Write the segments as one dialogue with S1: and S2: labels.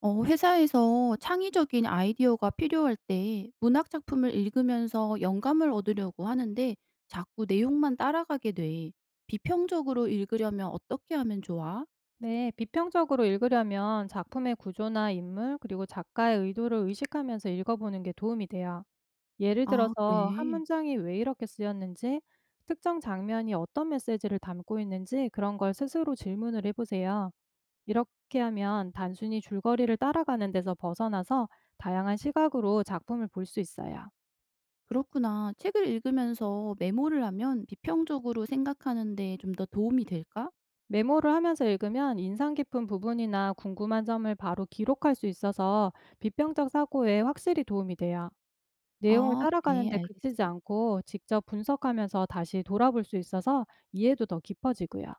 S1: 회사에서 창의적인 아이디어가 필요할 때 문학 작품을 읽으면서 영감을 얻으려고 하는데 자꾸 내용만 따라가게 돼. 비평적으로 읽으려면 어떻게 하면 좋아?
S2: 네, 비평적으로 읽으려면 작품의 구조나 인물, 그리고 작가의 의도를 의식하면서 읽어보는 게 도움이 돼요. 예를
S1: 아,
S2: 들어서 한
S1: 그래.
S2: 문장이 왜 이렇게 쓰였는지, 특정 장면이 어떤 메시지를 담고 있는지 그런 걸 스스로 질문을 해보세요. 이렇게 하면 단순히 줄거리를 따라가는 데서 벗어나서 다양한 시각으로 작품을 볼 수 있어요.
S1: 그렇구나. 책을 읽으면서 메모를 하면 비평적으로 생각하는데 좀 더 도움이 될까?
S2: 메모를 하면서 읽으면 인상 깊은 부분이나 궁금한 점을 바로 기록할 수 있어서 비평적 사고에 확실히 도움이 돼요. 내용을
S1: 아, 그래.
S2: 따라가는데 그치지
S1: 알겠어.
S2: 않고 직접 분석하면서 다시 돌아볼 수 있어서 이해도 더 깊어지고요.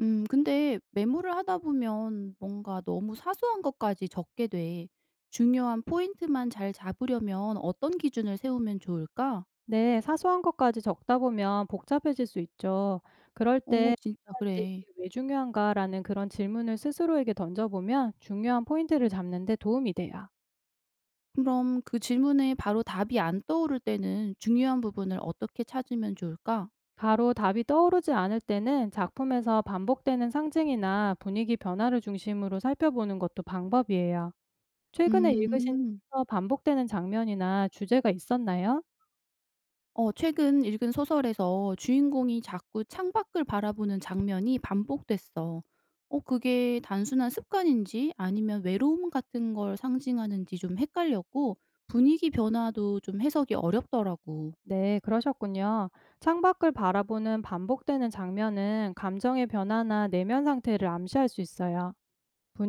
S1: 근데 메모를 하다 보면 뭔가 너무 사소한 것까지 적게 돼. 중요한 포인트만 잘 잡으려면 어떤 기준을 세우면 좋을까?
S2: 네, 사소한 것까지 적다 보면 복잡해질 수 있죠. 그럴
S1: 어
S2: 때,
S1: 진짜
S2: "이럴 때
S1: 그래.
S2: 이게 왜 중요한가?"라는 그런 질문을 스스로에게 던져보면 중요한 포인트를 잡는 데 도움이 돼요.
S1: 그럼 그 질문에 바로 답이 안 떠오를 때는 중요한 부분을 어떻게 찾으면 좋을까?
S2: 바로 답이 떠오르지 않을 때는 작품에서 반복되는 상징이나 분위기 변화를 중심으로 살펴보는 것도 방법이에요. 최근에 읽으신
S1: 음.
S2: 책에서 반복되는 장면이나 주제가 있었나요?
S1: 어 최근 읽은 소설에서 주인공이 자꾸 창밖을 바라보는 장면이 반복됐어. 어 그게 단순한 습관인지 아니면 외로움 같은 걸 상징하는지 좀 헷갈렸고 분위기 변화도 좀 해석이 어렵더라고.
S2: 네, 그러셨군요. 창밖을 바라보는 반복되는 장면은 감정의 변화나 내면 상태를 암시할 수 있어요.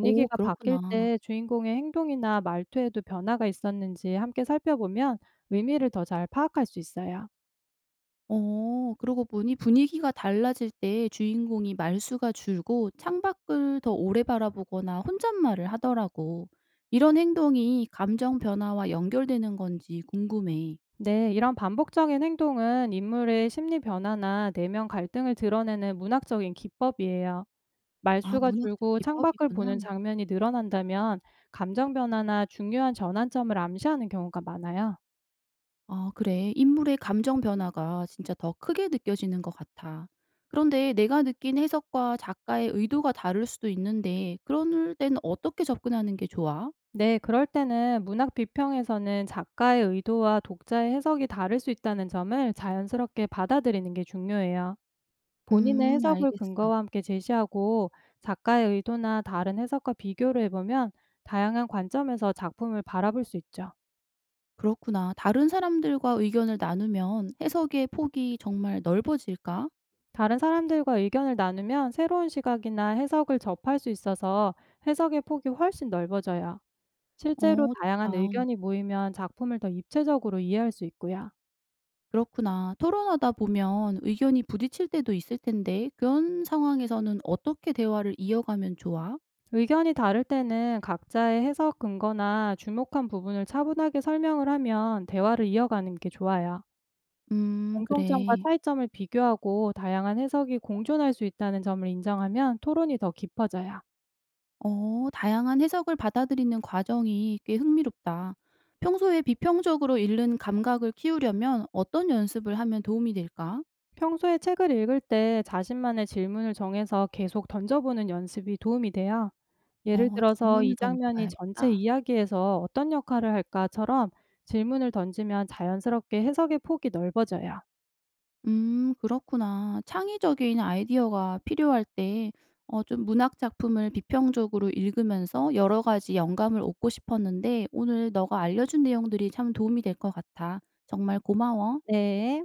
S1: 오
S2: 바뀔
S1: 그렇구나.
S2: 때 주인공의 행동이나 말투에도 변화가 있었는지 함께 살펴보면 의미를 더 잘 파악할 수 있어요.
S1: 어 그러고 보니 분위기가 달라질 때 주인공이 말수가 줄고 창밖을 더 오래 바라보거나 혼잣말을 하더라고. 이런 행동이 감정 변화와 연결되는 건지 궁금해.
S2: 네, 이런 반복적인 행동은 인물의 심리 변화나 내면 갈등을 드러내는 문학적인 기법이에요.
S1: 아
S2: 말수가
S1: 문학적
S2: 줄고 창밖을
S1: 기법이구나.
S2: 보는 장면이 늘어난다면 감정 변화나 중요한 전환점을 암시하는 경우가 많아요.
S1: 아 그래. 인물의 감정 변화가 진짜 더 크게 느껴지는 것 같아. 그런데 내가 느낀 해석과 작가의 의도가 다를 수도 있는데 그럴 땐는 어떻게 접근하는 게 좋아?
S2: 네, 그럴 때는 문학 비평에서는 작가의 의도와 독자의 해석이 다를 수 있다는 점을 자연스럽게 받아들이는 게 중요해요. 본인의 해석을
S1: 알겠어.
S2: 근거와 함께 제시하고 작가의 의도나 다른 해석과 비교를 해보면 다양한 관점에서 작품을 바라볼 수 있죠.
S1: 그렇구나. 다른 사람들과 의견을 나누면 해석의 폭이 정말 넓어질까?
S2: 다른 사람들과 의견을 나누면 새로운 시각이나 해석을 접할 수 있어서 해석의 폭이 훨씬 넓어져요. 실제로
S1: 어 좋다.
S2: 다양한 의견이 모이면 작품을 더 입체적으로 이해할 수 있고요.
S1: 그렇구나. 토론하다 보면 의견이 부딪힐 때도 있을 텐데 그런 상황에서는 어떻게 대화를 이어가면 좋아?
S2: 의견이 다를 때는 각자의 해석 근거나 주목한 부분을 차분하게 설명을 하면 대화를 이어가는 게 좋아요. 공통점과
S1: 그래.
S2: 차이점을 비교하고 다양한 해석이 공존할 수 있다는 점을 인정하면 토론이 더 깊어져요.
S1: 어, 다양한 해석을 받아들이는 과정이 꽤 흥미롭다. 평소에 비평적으로 읽는 감각을 키우려면 어떤 연습을 하면 도움이 될까?
S2: 평소에 책을 읽을 때 자신만의 질문을 정해서 계속 던져보는 연습이 도움이 돼요. 예를
S1: 어,
S2: 들어서 이
S1: 질문을
S2: 장면이 전체
S1: 던져봐야겠다.
S2: 이야기에서 어떤 역할을 할까처럼 질문을 던지면 자연스럽게 해석의 폭이 넓어져요.
S1: 그렇구나. 창의적인 아이디어가 필요할 때, 좀 문학 작품을 비평적으로 읽으면서 여러 가지 영감을 얻고 싶었는데, 오늘 너가 알려준 내용들이 참 도움이 될 것 같아. 정말 고마워.
S2: 네.